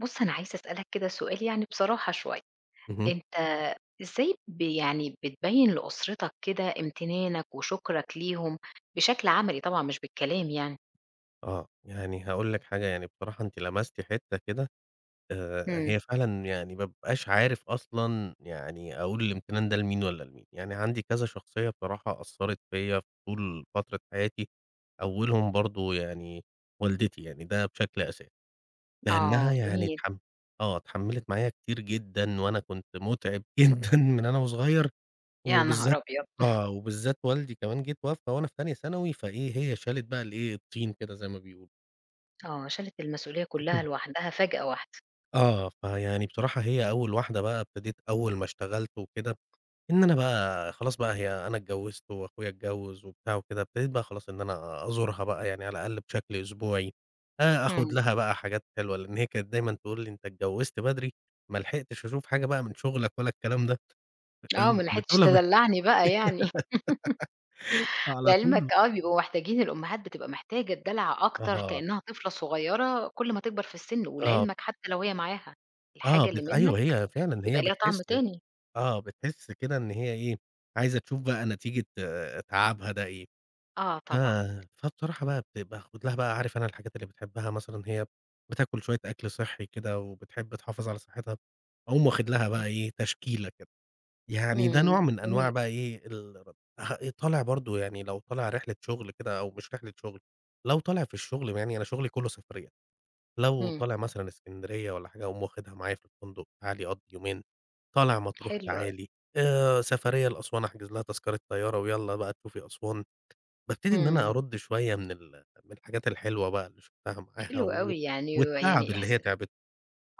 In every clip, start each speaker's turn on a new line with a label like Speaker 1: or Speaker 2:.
Speaker 1: بُص، أنا عايزة أسألك كده سؤال يعني بصراحة شوية،
Speaker 2: اهم.
Speaker 1: أنت إزاي يعني بتبيّن لأسرتك كده امتنانك وشكرك ليهم بشكل عملي طبعًا مش بالكلام يعني؟
Speaker 2: آه. يعني هاقول لك حاجة، يعني بصراحة أنتِ لمستِ حتّة كده،
Speaker 1: إمم،
Speaker 2: هي فعلًا يعني ما بابقاش عارف أصلًا يعني أقول الامتنان ده لمين والّا لمين. يعني عندي كذا شخصية بصراحة أثّرت فيّا في طول فترة حياتي، أولهم برضه يعني والدتي، يعني ده بشكل أساسي. لإنّها
Speaker 1: آه
Speaker 2: يعني
Speaker 1: جميل،
Speaker 2: اتحم آه. اتحمّلت معايا كتير جدًا وأنا كنت مُتعب جدًا من أنا وصغير
Speaker 1: يا نهار
Speaker 2: وبالذات
Speaker 1: أبيض!
Speaker 2: آه. وبالذات والدي كمان جه اتوفّى وأنا في تانية ثانوي، فإيه، هي شالت بقى الإيه، الطين كده زي ما بيقولوا.
Speaker 1: آه، شالت المسؤولية كلّها لوحدها فجأة واحدة،
Speaker 2: آه، فيعني بصراحة هي أول واحدة بقى ابتديت أول ما اشتغلت وكده، إن أنا بقى خلاص بقى هي أنا اتجوّزت وأخويا اتجوّز وبتاع وكده، ابتديت بقى خلاص إن أنا أزورها بقى يعني على الأقل بشكل أسبوعي، آخُد
Speaker 1: إمم،
Speaker 2: لها بقى حاجات حلوة، لإن هي كانت دايمًا تقول لي: "أنت اتجوّزت بدري، ما لحقتش أشوف حاجة بقى من شُغلك ولا الكلام ده."
Speaker 1: آه،
Speaker 2: فاهم،
Speaker 1: ما
Speaker 2: كانت
Speaker 1: لحقتش
Speaker 2: تقولها ب
Speaker 1: تدلّعني بقى يعني،
Speaker 2: على
Speaker 1: لعلمك
Speaker 2: طول.
Speaker 1: آه، بيبقوا محتاجين الأمهات بتبقى محتاجة الدلع أكتر
Speaker 2: آه،
Speaker 1: كإنها طفلة صغيرة كل ما تكبر في السن،
Speaker 2: آه،
Speaker 1: ولعلمك حتى لو هي معاها،
Speaker 2: آه،
Speaker 1: الحاجة اللي
Speaker 2: بت
Speaker 1: منّك
Speaker 2: أيوه هي فعلًا
Speaker 1: بيبقى
Speaker 2: هي
Speaker 1: ليها طعم
Speaker 2: بتحس،
Speaker 1: تاني،
Speaker 2: آه، بتحس كده إن هي إيه، عايزة تشوف بقى نتيجة آه، تعبها ده إيه.
Speaker 1: آه طبعًا.
Speaker 2: آه، فبصراحة بقى باخد لها بقى عارف أنا الحاجات اللي بتحبها مثلًا هي بتاكل شوية أكل صحّي كده وبتحب تحافظ على صحتها، أقوم واخد لها بقى إيه، تشكيلة كده، يعني ده
Speaker 1: إمم،
Speaker 2: نوع من أنواع
Speaker 1: جميل،
Speaker 2: بقى إيه، ال ه إيه، طالع برضه يعني لو طالع رحلة شغل كده أو مش رحلة شغل، لو طالع في الشغل يعني أنا شغلي كلّه سفريات، لو
Speaker 1: إمم،
Speaker 2: طالع مثلًا إسكندرية والّا حاجة أقوم واخدها معايا في الفندق، تعالي قضّي يومين، طالع مطروح
Speaker 1: حلو أوي،
Speaker 2: تعالي، سفرية لأسوان أحجز لها تذكرة طيارة ويالّا بقى تشوفي أسوان. بابتدي إن أنا
Speaker 1: إمم،
Speaker 2: أرُد شوية من الحاجات الحلوة بقى اللي شُفتها معاها
Speaker 1: حلو
Speaker 2: و
Speaker 1: أوي يعني
Speaker 2: والتعب
Speaker 1: يعني
Speaker 2: اللي هي
Speaker 1: إحس
Speaker 2: تعبته،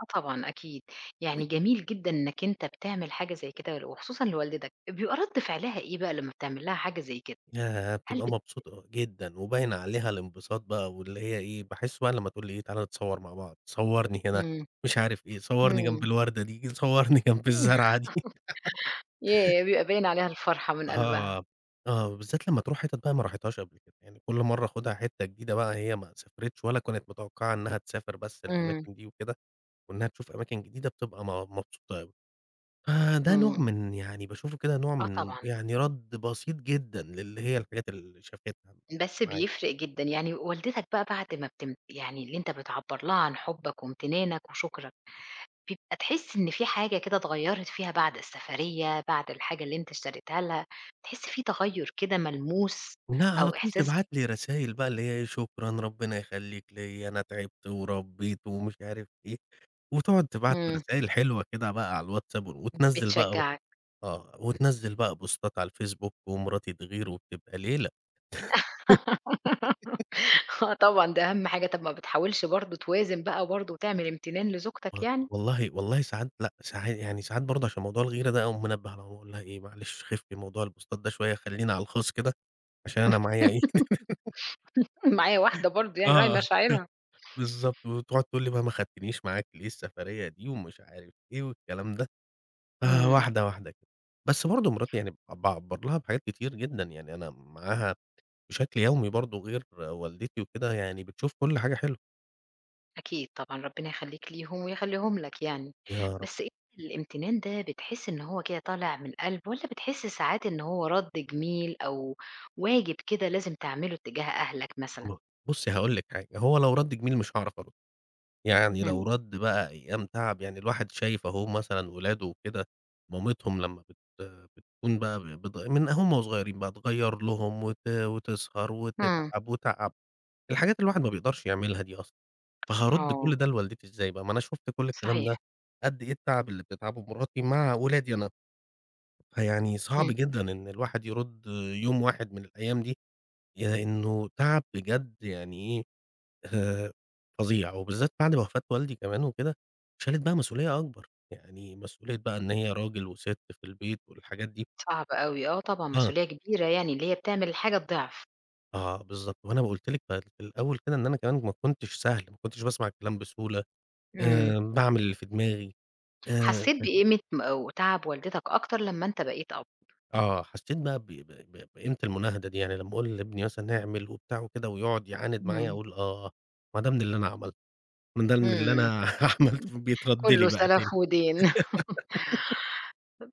Speaker 1: آه طبعًا أكيد، يعني جميل جدًا إنّك أنت بتعمل حاجة زي كده وخصوصًا لوالدتك، بيبقى رَد فعلها إيه بقى لمّا بتعمل لها حاجة زي كده؟
Speaker 2: ياه!
Speaker 1: هل
Speaker 2: بتبقى
Speaker 1: بت
Speaker 2: مبسوطة جدًا وباين عليها الانبساط بقى واللي هي إيه، باحس بقى لمّا تقول لي إيه، تعالَ نتصوّر مع بعض، صوّرني هنا،
Speaker 1: إمم،
Speaker 2: مش عارف إيه، صوّرني جنب
Speaker 1: إمم،
Speaker 2: الوردة دي، صوّرني جنب الزرعة دي،
Speaker 1: ياه! بيبقى باين عليها الفرحة من قلبها،
Speaker 2: آه، آه، بالذات لمّا تروح حتت بقى ما راحتهاش قبل كده، يعني كل مرّة آخُدها حتة جديدة بقى هي ما سافرتش ولا كانت متوقعة إنها تسافر بس
Speaker 1: إمم،
Speaker 2: الأماكن دي وكده، وإنها تشوف أماكن جديدة بتبقى مبسوطة أوي. فده نوع
Speaker 1: إمم،
Speaker 2: من يعني باشوفه كده نوع
Speaker 1: آه
Speaker 2: من
Speaker 1: طبعًا،
Speaker 2: يعني رَد بسيط جدًا للي هي الحاجات اللي شافتها
Speaker 1: بس
Speaker 2: معايا،
Speaker 1: بيفرق جدًا، يعني والدتك بقى بعد ما يعني اللي أنت بتعبّر لها عن حُبّك وامتنانك وشكرك بيبقى تحس إن في حاجة كده اتغيّرت فيها بعد السفرية، بعد الحاجة اللي أنت اشتريتها لها، تحس في تغيُّر كده ملموس
Speaker 2: إنها على
Speaker 1: أو
Speaker 2: طول
Speaker 1: إحساس
Speaker 2: تبعت لي رسايل بقى اللي هي إيه شكرًا، ربنا يخليك ليّا، أنا تعبت وربيت ومش عارف إيه، وتقعد تبعت
Speaker 1: إمم،
Speaker 2: رسايل حلوة كده بقى على الWhatsApp وتنزّل بقى،
Speaker 1: بتشجّعك.
Speaker 2: آه، وتنزّل بقى بوستات على الFacebook ومراتي تغير وبتبقى ليلة.
Speaker 1: آه طبعًا، ده أهم حاجة، طَب ما بتحاولش برضه توازن بقى برضه وتعمل امتنان لزوجتك
Speaker 2: و
Speaker 1: يعني؟
Speaker 2: والله والله ساعات لأ، ساعات يعني ساعات برضه عشان موضوع الغيرة ده أقوم منبّه على ماما أقول لها إيه معلش خفّي موضوع البوستات ده شوية خلّينا على الخاص كده. عشان أنا معايا إيه
Speaker 1: معايا واحدة برضه يعني راعي
Speaker 2: آه،
Speaker 1: مشاعرها.
Speaker 2: بالضبط، وتقعد تقول لي بقى ما خدتنيش معاك ليه السفرية دي ومش عارف إيه والكلام ده، فواحدة،
Speaker 1: إمم.
Speaker 2: واحدة واحدة كده. بس برضه مراتي يعني باعبّر لها بحاجات كتير جدًا، يعني أنا معاها بشكل يومي برضه غير والدتي وكده، يعني بتشوف كل حاجة حلوة.
Speaker 1: أكيد طبعًا، ربنا يخلّيك ليهم ويخلّيهم لك يعني،
Speaker 2: يا رب.
Speaker 1: بس أنت الامتنان ده بتحس إن هو كده طالع من القلب والّا بتحس ساعات إن هو رَد جميل أو واجب كده لازم تعمله تجاه أهلك مثلًا؟
Speaker 2: بُصّي هاقول لِك حاجة، هو لو رَد جميل مش هاعرف أرُد. يعني
Speaker 1: إمم،
Speaker 2: لو رَد بقى أيام تعب يعني الواحد شايف أهو مثلًا ولاده وكده، مامتهم لمّا بت بتكون بقى ب بت من هُم وصغيرين بقى تغيّر لهم وتسهر
Speaker 1: إمم،
Speaker 2: وتتعب وتعَب، الحاجات اللي الواحد ما بيقدرش يعملها دي أصلًا، فهارُد
Speaker 1: آه،
Speaker 2: كل ده لوالدتي إزاي بقى؟ ما أنا شُفت كل الكلام
Speaker 1: صحيح،
Speaker 2: ده، قد إيه التعب اللي بتتعبه مراتي مع ولادي أنا، فيعني صعب
Speaker 1: إمم،
Speaker 2: جدًا إن الواحد يرُد يوم واحد من الأيام دي، لإنه تعب بجد يعني إيه آآ فظيع، وبالذات بعد وفاة والدي كمان وكده، شالت بقى مسؤولية أكبر، يعني مسؤولية بقى إن هي راجل وسِت في البيت والحاجات دي.
Speaker 1: صعب أوي، آه طبعًا
Speaker 2: آه،
Speaker 1: مسؤولية كبيرة يعني اللي هي بتعمل الحاجة الضِعف،
Speaker 2: آه بالضبط، وأنا قُلت لِك بقى في الأول كده إن أنا كمان ما كنتش سهل، ما كنتش باسمع الكلام بسهولة،
Speaker 1: إمم،
Speaker 2: باعمل اللي في دماغي، آآ
Speaker 1: حسّيت بقيمة أو تعب والدتك أكتر لمّا أنت بقيت أب،
Speaker 2: آه، حسيت بقى ب ب ب بقيمة المُناهدة دي، يعني لمّا أقول لابني مثلًا اعمل وبتاع وكده ويقعد يعاند معايا
Speaker 1: إمم،
Speaker 2: أقول آه، ما ده من اللي أنا عملته، ما ده من اللي
Speaker 1: إمم،
Speaker 2: أنا
Speaker 1: إمم،
Speaker 2: عملته بيترد
Speaker 1: كلّه
Speaker 2: لي بقى
Speaker 1: سَلَف
Speaker 2: تاني.
Speaker 1: ودين.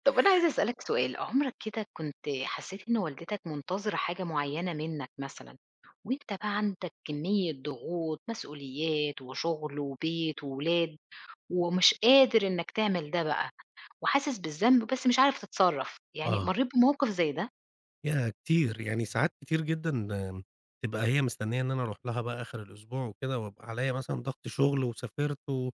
Speaker 1: طب أنا عايزة أسألك سؤال، عمرك كده كنت حسّيت إن والدتك منتظرة حاجة معيّنة منّك مثلًا، وأنت بقى عندك كمية ضغوط، مسؤوليات وشغل وبيت وولاد، ومش قادر إنّك تعمل ده بقى، وحاسس بالذنب بس مش عارف تتصرّف، يعني
Speaker 2: آه.
Speaker 1: مرّيت بموقف زي ده؟
Speaker 2: ياه! كتير، يعني ساعات كتير جدًا، آم، تبقى هي مستنية إن أنا أروح لها بقى آخر الأسبوع وكده، وابقى عليّا مثلًا ضغط شغل وسافرت و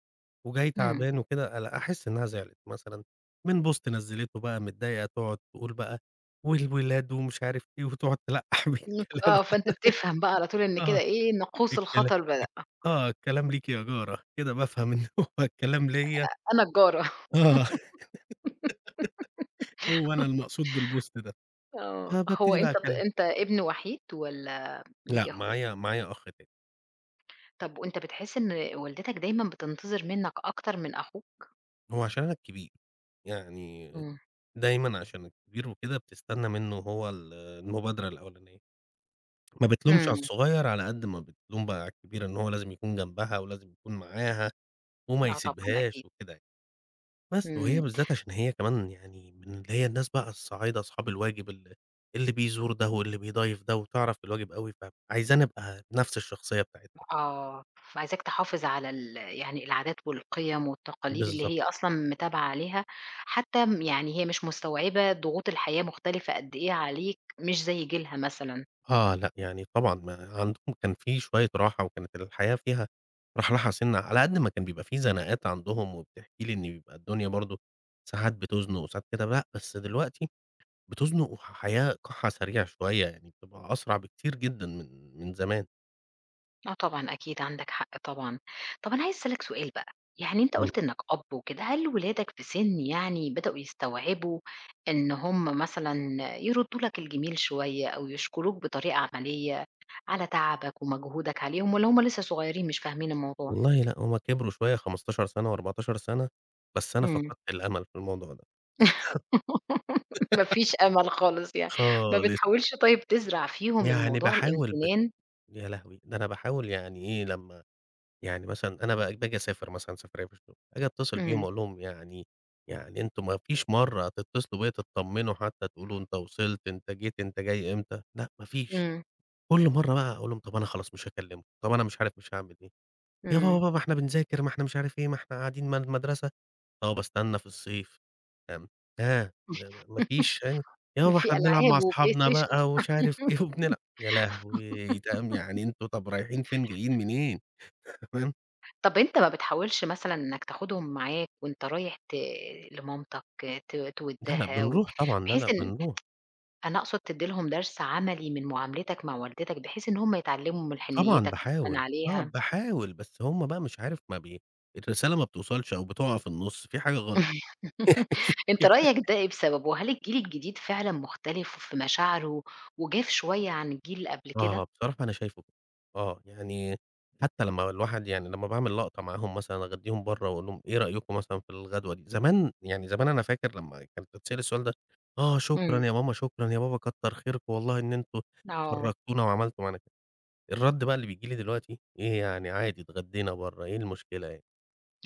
Speaker 2: وجاي
Speaker 1: إمم.
Speaker 2: تعبان وكده، ألا أحس إنها زعلت مثلًا من بوست نزّلته بقى متضايقة تقعد تقول بقى والولاد ومش عارف إيه، وتقعد تلقّح
Speaker 1: إمم.
Speaker 2: بالكلام.
Speaker 1: آه، فأنت بتفهم بقى على طول إن كده
Speaker 2: آه.
Speaker 1: إيه، ناقوس
Speaker 2: الكلا
Speaker 1: الخطر بدأ،
Speaker 2: الك آه، الكلام ليكِ يا جارة، كده بافهم إن هو الكلام ليّا.
Speaker 1: أنا الجارة.
Speaker 2: آه، هو أنا المقصود بالبوست ده،
Speaker 1: آه، هو
Speaker 2: فبابتدي بقى
Speaker 1: أنت ط
Speaker 2: أكلم
Speaker 1: أنت ابن وحيد والّا ليك
Speaker 2: لأ
Speaker 1: إخوات؟
Speaker 2: معايا أخ تاني،
Speaker 1: طب وأنت بتحس إن والدتك دايمًا بتنتظر منك أكتر من أخوك؟
Speaker 2: هو عشان أنا الكبير يعني
Speaker 1: إمم،
Speaker 2: دايمًا عشان الكبير وكده بتستنى منّه هو المبادرة الأولانية، ما بتلومش على
Speaker 1: إمم،
Speaker 2: الصغيّر على قد ما بتلوم بقى على الكبير إن هو لازم يكون جنبها ولازم يكون معاها وما
Speaker 1: آه طبعًا
Speaker 2: يسيبهاش
Speaker 1: أكيد،
Speaker 2: وكده يعني، بس وهي
Speaker 1: إمم،
Speaker 2: بالذات عشان هي كمان يعني من اللي هي الناس بقى الصعايدة أصحاب الواجب اللي بيزور ده واللي بيضيّف ده وتعرف الواجب أوي، فعايزاه نبقى نفْس الشخصية بتاعتها كده.
Speaker 1: آه، عايزاك تحافظ على يعني العادات والقيم والتقاليد اللي
Speaker 2: بالضبط.
Speaker 1: هي أصلًا متابعة عليها، حتى يعني هي مش مستوعبة ضغوط الحياة مختلفة قد إيه عليك، مش زي جيلها مثلًا.
Speaker 2: آه، لأ، يعني طبعًا ما عندهم كان في شوية راحة وكانت الحياة فيها رحرحة سِنّة، على قد ما كان بيبقى في زناقات عندهم وبتحكي لي إن بيبقى الدنيا برضه ساعات بتزنُق وساعات كده، لأ، بس دلوقتي بتزنُق وحياة قَحْا سريع شوية، يعني بتبقى أسرع بكتير جدًا من زمان.
Speaker 1: آه طبعًا أكيد عندك حق طبعًا. طب أنا عايزة أسألك سؤال بقى، يعني أنت
Speaker 2: إمم.
Speaker 1: قُلت إنّك أب وكده، هل ولادك في سِن يعني بدأوا يستوعبوا إن هم مثلًا يردّوا لك الجميل شوية أو يشكروك بطريقة عملية على تعبك ومجهودك عليهم والّا هم لسه صغيرين مش فاهمين الموضوع؟
Speaker 2: والله لأ، هم كبروا شوية 15 سَنة و14 سَنة، بس أنا
Speaker 1: إمم.
Speaker 2: فقدت الأمل في الموضوع ده
Speaker 1: ما فيش أمل خالص يعني، ما
Speaker 2: خالص،
Speaker 1: بتحاولش طيب تزرع فيهم
Speaker 2: يعني
Speaker 1: الموضوع
Speaker 2: باحاول
Speaker 1: الإمتنان؟
Speaker 2: يا لهوي! ده أنا باحاول يعني إيه لمّا يعني مثلًا أنا باجي أسافر مثلًا سفرية في الشغل، آجي أتصل بيهم
Speaker 1: إمم،
Speaker 2: أقول لهم يعني، يعني أنتم ما فيش مرّة تتصلوا بيّا تطمنوا حتى تقولوا أنت وصلت، أنت جيت، أنت جاي إمتى؟ لأ ما فيش،
Speaker 1: إمم،
Speaker 2: كل مرّة بقى أقول لهم طب أنا خلاص مش هاكلمكم، طب أنا مش عارف مش هاعمل إيه، يا بابا
Speaker 1: إمم.
Speaker 2: بابا إحنا بنذاكر، ما إحنا مش عارف إيه، ما إحنا قاعدين ما المدرسة، طب أستنى في الصيف، آمم، ها ما فيش ها، يا بابا إحنا
Speaker 1: في
Speaker 2: بنلعب
Speaker 1: ألعاب
Speaker 2: مع أصحابنا
Speaker 1: وPlayStation.
Speaker 2: بقى ومش عارف إيه وبنلعب يا لهوي! ده م يعني أنتم طب رايحين فين جايين منين؟
Speaker 1: طب أنت ما بتحاولش مثلًا إنك تاخدهم معاك وأنت رايح لمامتك ت
Speaker 2: لا، لأ،
Speaker 1: تودّها
Speaker 2: بنروح طبعًا، لا، لأ،
Speaker 1: بحيث إن
Speaker 2: بنروح،
Speaker 1: أنا أقصد تدّي لهم درس عملي من معاملتك مع والدتك، بحيث إن هم يتعلموا من
Speaker 2: طبعًا
Speaker 1: حنيّتك مثلًا
Speaker 2: باحاول، آه،
Speaker 1: عليها؟
Speaker 2: باحاول، بس هُم بقى مش عارف ما بي الرسالة ما بتوصلش أو بتقع في النُص، في حاجة غلط. يعني في
Speaker 1: أنت
Speaker 2: في حاجة.
Speaker 1: رأيك ده إيه بسببه؟ وهل الجيل الجديد فعلًا مختلف في مشاعره وجاف شوية عن الجيل اللي قبل كده؟
Speaker 2: آه، بصراحة أنا شايفه كده، آه، يعني حتى لمّا الواحد يعني لمّا باعمل لقطة معاهم مثلًا أغدّيهم برّه وأقول لهم إيه رأيكم مثلًا في الغدوة دي، زمان يعني زمان أنا فاكر لمّا كانت تتسأل السؤال ده، آه،
Speaker 1: إمم،
Speaker 2: شكرًا يا ماما، شكرًا يا بابا، كتّر خيركم والله إن أنتم
Speaker 1: آه،
Speaker 2: شرّكتونا وعملتوا معانا كده، الرد بقى اللي بييجي لي دلوقتي إيه يعني عادي اتغدّينا برّه، إيه المشكلة يعني؟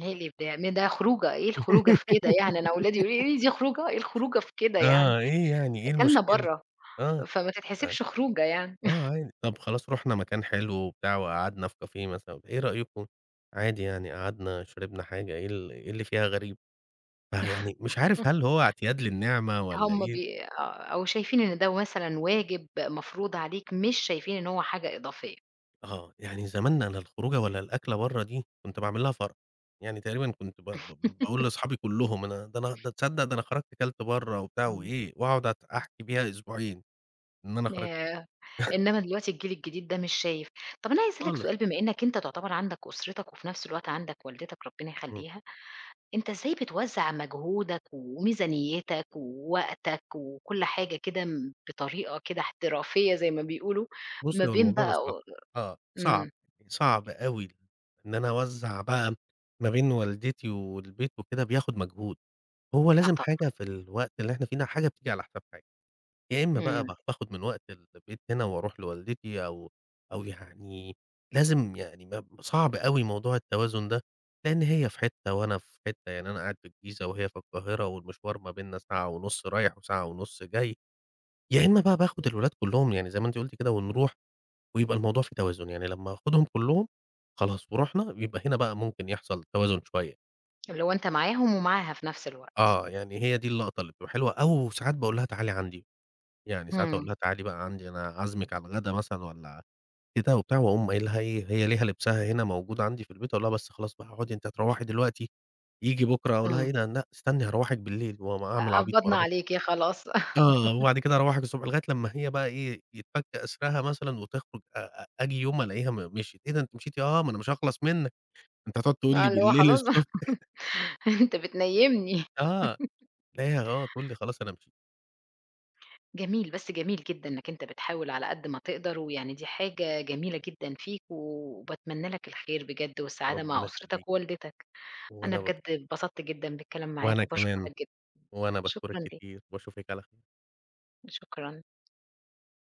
Speaker 1: هي الإبداع ما ده خروجة، إيه الخروجة في كده يعني؟ أنا ولادي يقولوا لي: "إيه دي خروجة؟ إيه الخروجة في كده يعني؟
Speaker 2: آه، إيه يعني، إيه
Speaker 1: أكلنا
Speaker 2: المشكلة؟
Speaker 1: برّه."
Speaker 2: آه،
Speaker 1: فما
Speaker 2: آه،
Speaker 1: تتحسبش خروجة يعني.
Speaker 2: آه عادي. طب خلاص رُحنا مكان حلو وبتاع وقعدنا في كافيه مثلًا، إيه رأيكم؟ عادي يعني قعدنا شربنا حاجة، إيه اللي فيها غريب؟ فيعني مش عارف هل هو اعتياد للنعمة والّا
Speaker 1: هم
Speaker 2: إيه؟
Speaker 1: بي آه، أو شايفين إن ده مثلًا واجب مفروض عليك، مش شايفين إن هو حاجة إضافية.
Speaker 2: آه، يعني زمان أنا الخروجة ولا الأكلة برّه دي كنت باعمل لها فرَح، يعني تقريبًا كنت ب ب باقول لأصحابي كلّهم أنا ده تصدّق ده أنا خرجت كلت برّه وبتاع
Speaker 1: إمم.
Speaker 2: وإيه، وأقعد أحكي بيها أسبوعين إن أنا خرجت
Speaker 1: آآ، إنما دلوقتي الجيل الجديد ده مش شايف. طب أنا عايزة أسألك
Speaker 2: خالص.
Speaker 1: سؤال بما إنك أنت تعتبر عندك أسرتك وفي نفس الوقت عندك والدتك ربنا
Speaker 2: إمم.
Speaker 1: يخلّيها، أنت إزاي بتوزّع مجهودك وميزانيتك ووقتك وكل حاجة كده بطريقة كده احترافية زي ما بيقولوا، ما
Speaker 2: بُصّي، هو
Speaker 1: بين
Speaker 2: الموضوع ده
Speaker 1: بقى
Speaker 2: صعب، آه،
Speaker 1: إمم،
Speaker 2: صعب، يعني صعب أوي إن أنا أوزّع بقى ما بين والدتي والبيت وكده بياخد مجهود، هو
Speaker 1: آه
Speaker 2: لازم
Speaker 1: طبعًا،
Speaker 2: حاجة في الوقت اللي إحنا فيه ده حاجة بتيجي على حساب حاجة، يا إمّا بقى
Speaker 1: إمم،
Speaker 2: باخد من وقت البيت هنا وأروح لوالدتي أو أو يعني لازم يعني صعب أوي موضوع التوازن ده، لإن هي في حتّة وأنا في حتّة، يعني أنا قاعد في الجيزة وهي في القاهرة والمشوار ما بيننا ساعة ونُص رايح وساعة ونُص جاي، يا إمّا بقى باخد الولاد كلّهم يعني زي ما أنتِ قُلتِ كده ونروح ويبقى الموضوع في توازن، يعني لمّا آخدهم كلّهم خلاص ورُحنا، يبقى هنا بقى ممكن يحصل توازن شوية.
Speaker 1: اللي هو أنت معاهم ومعاها في نفس الوقت.
Speaker 2: آه، يعني هي دي اللقطة اللي بتبقى حلوة أو ساعات باقول لها تعالي عندي، يعني ساعات أقول
Speaker 1: إمم.
Speaker 2: لها تعالي بقى عندي أنا عازمِك على الغدا مثلًا والّا كده وبتاع، وأقوم قايل لها إيه، هي ليها لبسها هنا موجود عندي في البيت، أقول لها بس خلاص بقى اقعدي أنتِ هتروّحي دلوقتي، ييجي بُكرة أقول لها
Speaker 1: إمم.
Speaker 2: إيه ده لأ استني هاروّحِك بالليل، وأعمل عبيط ما
Speaker 1: قبضنا
Speaker 2: أروّحِش.
Speaker 1: عليكِ خلاص
Speaker 2: آه، وبعد كده أروّحِك الصبح لغاية لمّا هي بقى إيه، يتفك أسرها مثلًا وتخرج أ أ آجي يوم ألاقيها مشيت، إيه ده أنتِ مشيتِ؟ آه، ما أنا مش هاخلص منِّك. أنت هتقعد تقول
Speaker 1: آه،
Speaker 2: لي
Speaker 1: اللي هو
Speaker 2: بالليل
Speaker 1: خلاص
Speaker 2: الصبح.
Speaker 1: أنت بتنيّمني.
Speaker 2: آه، تلاقيها آه تقول لي خلاص أنا مشيت،
Speaker 1: جميل، بس جميل جدًا إنّك أنت بتحاول على قد ما تقدر، ويعني دي حاجة جميلة جدًا فيك، وباتمنى لك الخير بجد والسعادة مع
Speaker 2: ربنا
Speaker 1: أسرتك
Speaker 2: يخلّيكِ،
Speaker 1: ووالدتك. أنا
Speaker 2: وأنا باش
Speaker 1: بجد اتبسطت جدًا بالكلام معاك،
Speaker 2: وأنا كمان،
Speaker 1: وباشكرك جدًا.
Speaker 2: وأنا
Speaker 1: شكرًا
Speaker 2: باشكرِك
Speaker 1: ليك،
Speaker 2: كتير، وأشوفِك على خ
Speaker 1: شكرًا.